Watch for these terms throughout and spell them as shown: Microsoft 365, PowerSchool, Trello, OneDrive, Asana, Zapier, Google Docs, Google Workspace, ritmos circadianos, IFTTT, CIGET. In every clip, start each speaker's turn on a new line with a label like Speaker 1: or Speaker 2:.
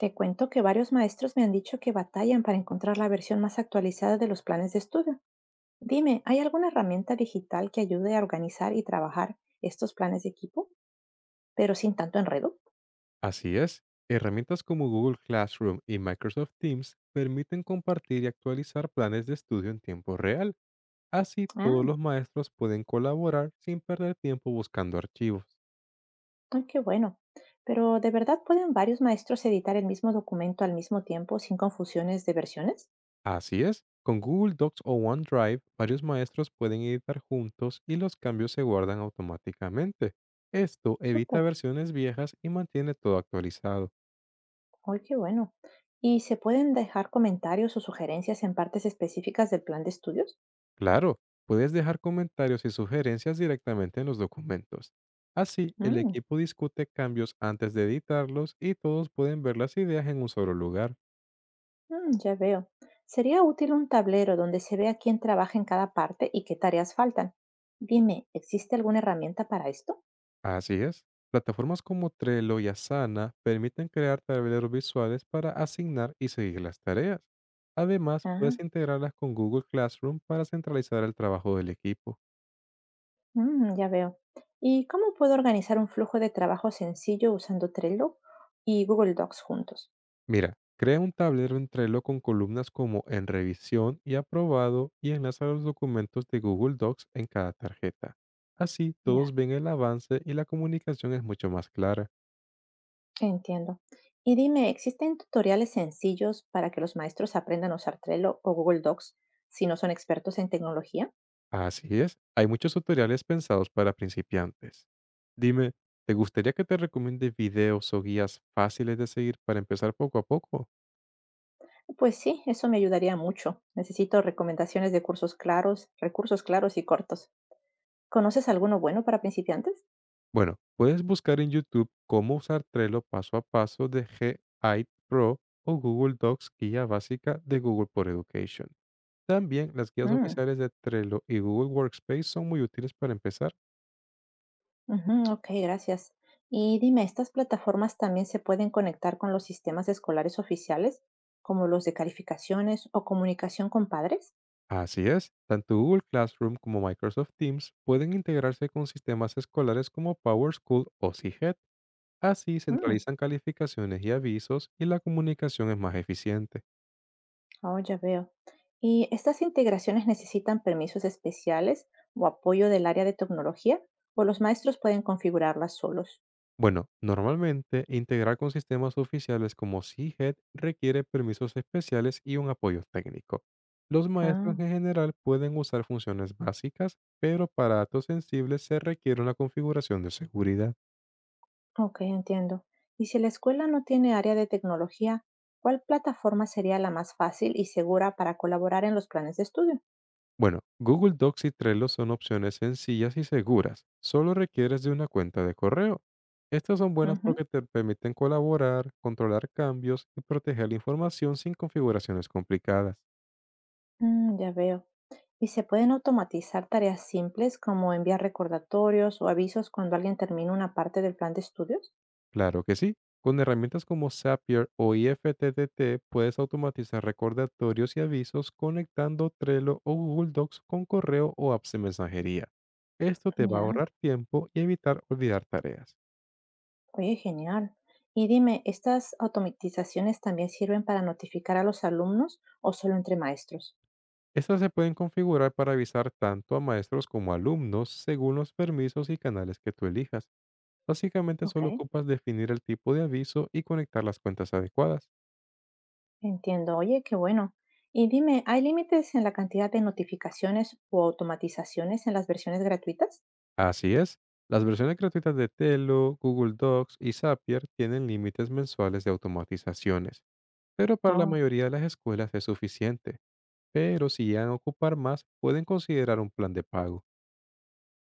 Speaker 1: Te cuento que varios maestros me han dicho que batallan para encontrar la versión más actualizada de los planes de estudio. Dime, ¿hay alguna herramienta digital que ayude a organizar y trabajar estos planes de equipo, pero sin tanto enredo?
Speaker 2: Así es, herramientas como Google Classroom y Microsoft Teams permiten compartir y actualizar planes de estudio en tiempo real. Así
Speaker 1: Ah,
Speaker 2: todos los maestros pueden colaborar sin perder tiempo buscando archivos.
Speaker 1: ay, qué bueno. Pero ¿de verdad pueden varios maestros editar el mismo documento al mismo tiempo sin confusiones de versiones?
Speaker 2: Así es, con Google Docs o OneDrive, varios maestros pueden editar juntos y los cambios se guardan automáticamente. Esto evita
Speaker 1: Súper,
Speaker 2: versiones viejas y mantiene todo actualizado.
Speaker 1: ay, qué bueno. ¿Y se pueden dejar comentarios o sugerencias en partes específicas del plan de estudios?
Speaker 2: Claro, puedes dejar comentarios y sugerencias directamente en los documentos. Así, el
Speaker 1: Mm,
Speaker 2: equipo discute cambios antes de editarlos y todos pueden ver las ideas en un solo lugar.
Speaker 1: mm, ya veo. Sería útil un tablero donde se vea quién trabaja en cada parte y qué tareas faltan. Dime, ¿existe alguna herramienta para esto?
Speaker 2: Así es. Plataformas como Trello y Asana permiten crear tableros visuales para asignar y seguir las tareas. Además, puedes
Speaker 1: Ah,
Speaker 2: integrarlas con Google Classroom para centralizar el trabajo del equipo.
Speaker 1: mm, ya veo. ¿Y cómo puedo organizar un flujo de trabajo sencillo usando Trello y Google Docs juntos?
Speaker 2: Mira, crea un tablero en Trello con columnas como en revisión y aprobado y enlaza los documentos de Google Docs en cada tarjeta. Así
Speaker 1: Ya,
Speaker 2: todos ven el avance y la comunicación es mucho más clara.
Speaker 1: entiendo. Y dime, ¿existen tutoriales sencillos para que los maestros aprendan a usar Trello o Google Docs si no son expertos en tecnología?
Speaker 2: Así es, hay muchos tutoriales pensados para principiantes. Dime, ¿te gustaría que te recomiende videos o guías fáciles de seguir para empezar poco a poco?
Speaker 1: Pues sí, eso me ayudaría mucho. Necesito recomendaciones de cursos claros, recursos claros y cortos. ¿Conoces alguno bueno para principiantes?
Speaker 2: Bueno, puedes buscar en YouTube cómo usar Trello paso a paso de GI Pro o Google Docs Guía Básica de Google por Education. También las guías
Speaker 1: Mm,
Speaker 2: oficiales de Trello y Google Workspace son muy útiles para empezar.
Speaker 1: ujú, ok, gracias. Y dime, ¿estas plataformas también se pueden conectar con los sistemas escolares oficiales, como los de calificaciones o comunicación con padres?
Speaker 2: Así es, tanto Google Classroom como Microsoft Teams pueden integrarse con sistemas escolares como PowerSchool o CIGET. Así
Speaker 1: Mm,
Speaker 2: centralizan calificaciones y avisos y la comunicación es más eficiente.
Speaker 1: oh, ya veo. ¿Y estas integraciones necesitan permisos especiales o apoyo del área de tecnología, o los maestros pueden configurarlas solos?
Speaker 2: Bueno, normalmente integrar con sistemas oficiales como CIGET requiere permisos especiales y un apoyo técnico. Los maestros
Speaker 1: Ah,
Speaker 2: en general pueden usar funciones básicas, pero para datos sensibles se requiere una configuración de seguridad.
Speaker 1: ok, entiendo. Y si la escuela no tiene área de tecnología, ¿cuál plataforma sería la más fácil y segura para colaborar en los planes de estudio?
Speaker 2: Bueno, Google Docs y Trello son opciones sencillas y seguras. Solo requieres de una cuenta de correo. Estas son buenas
Speaker 1: Ujú.
Speaker 2: porque te permiten colaborar, controlar cambios y proteger la información sin configuraciones complicadas.
Speaker 1: Mm, ya veo. ¿Y se pueden automatizar tareas simples como enviar recordatorios o avisos cuando alguien termina una parte del plan de estudios?
Speaker 2: Claro que sí. Con herramientas como Zapier o IFTTT puedes automatizar recordatorios y avisos conectando Trello o Google Docs con correo o apps de mensajería. Esto te va a
Speaker 1: Ya,
Speaker 2: ahorrar tiempo y evitar olvidar tareas.
Speaker 1: oye, genial. Y dime, ¿estas automatizaciones también sirven para notificar a los alumnos o solo entre maestros?
Speaker 2: Estas se pueden configurar para avisar tanto a maestros como alumnos según los permisos y canales que tú elijas. Básicamente
Speaker 1: Ok.
Speaker 2: solo ocupas definir el tipo de aviso y conectar las cuentas adecuadas.
Speaker 1: Entiendo, oye, qué bueno. Y dime, ¿hay límites en la cantidad de notificaciones o automatizaciones en las versiones gratuitas?
Speaker 2: Así es, las versiones gratuitas de Trello, Google Docs y Zapier tienen límites mensuales de automatizaciones, pero para la
Speaker 1: Oh,
Speaker 2: mayoría de las escuelas es suficiente. Pero si llegan a ocupar más, pueden considerar un plan de pago.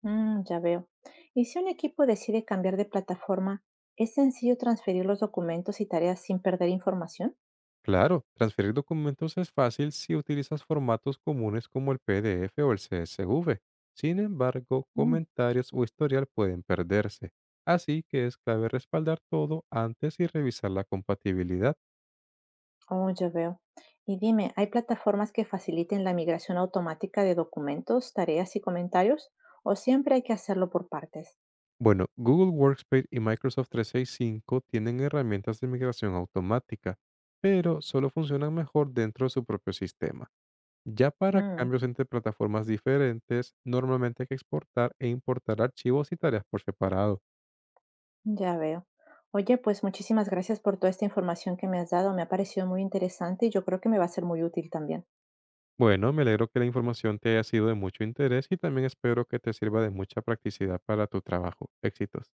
Speaker 1: mm, ya veo. Y si un equipo decide cambiar de plataforma, ¿es sencillo transferir los documentos y tareas sin perder información?
Speaker 2: Claro, transferir documentos es fácil si utilizas formatos comunes como el PDF o el CSV. Sin embargo,
Speaker 1: Mm,
Speaker 2: comentarios o historial pueden perderse. Así que es clave respaldar todo antes y revisar la compatibilidad.
Speaker 1: oh, ya veo. Y dime, ¿hay plataformas que faciliten la migración automática de documentos, tareas y comentarios? ¿O siempre hay que hacerlo por partes?
Speaker 2: Bueno, Google Workspace y Microsoft 365 tienen herramientas de migración automática, pero solo funcionan mejor dentro de su propio sistema. Ya para
Speaker 1: Mm,
Speaker 2: cambios entre plataformas diferentes, normalmente hay que exportar e importar archivos y tareas por separado.
Speaker 1: ya veo. Oye, pues muchísimas gracias por toda esta información que me has dado. Me ha parecido muy interesante y yo creo que me va a ser muy útil también.
Speaker 2: Bueno, me alegro que la información te haya sido de mucho interés y también espero que te sirva de mucha practicidad para tu trabajo. Éxitos.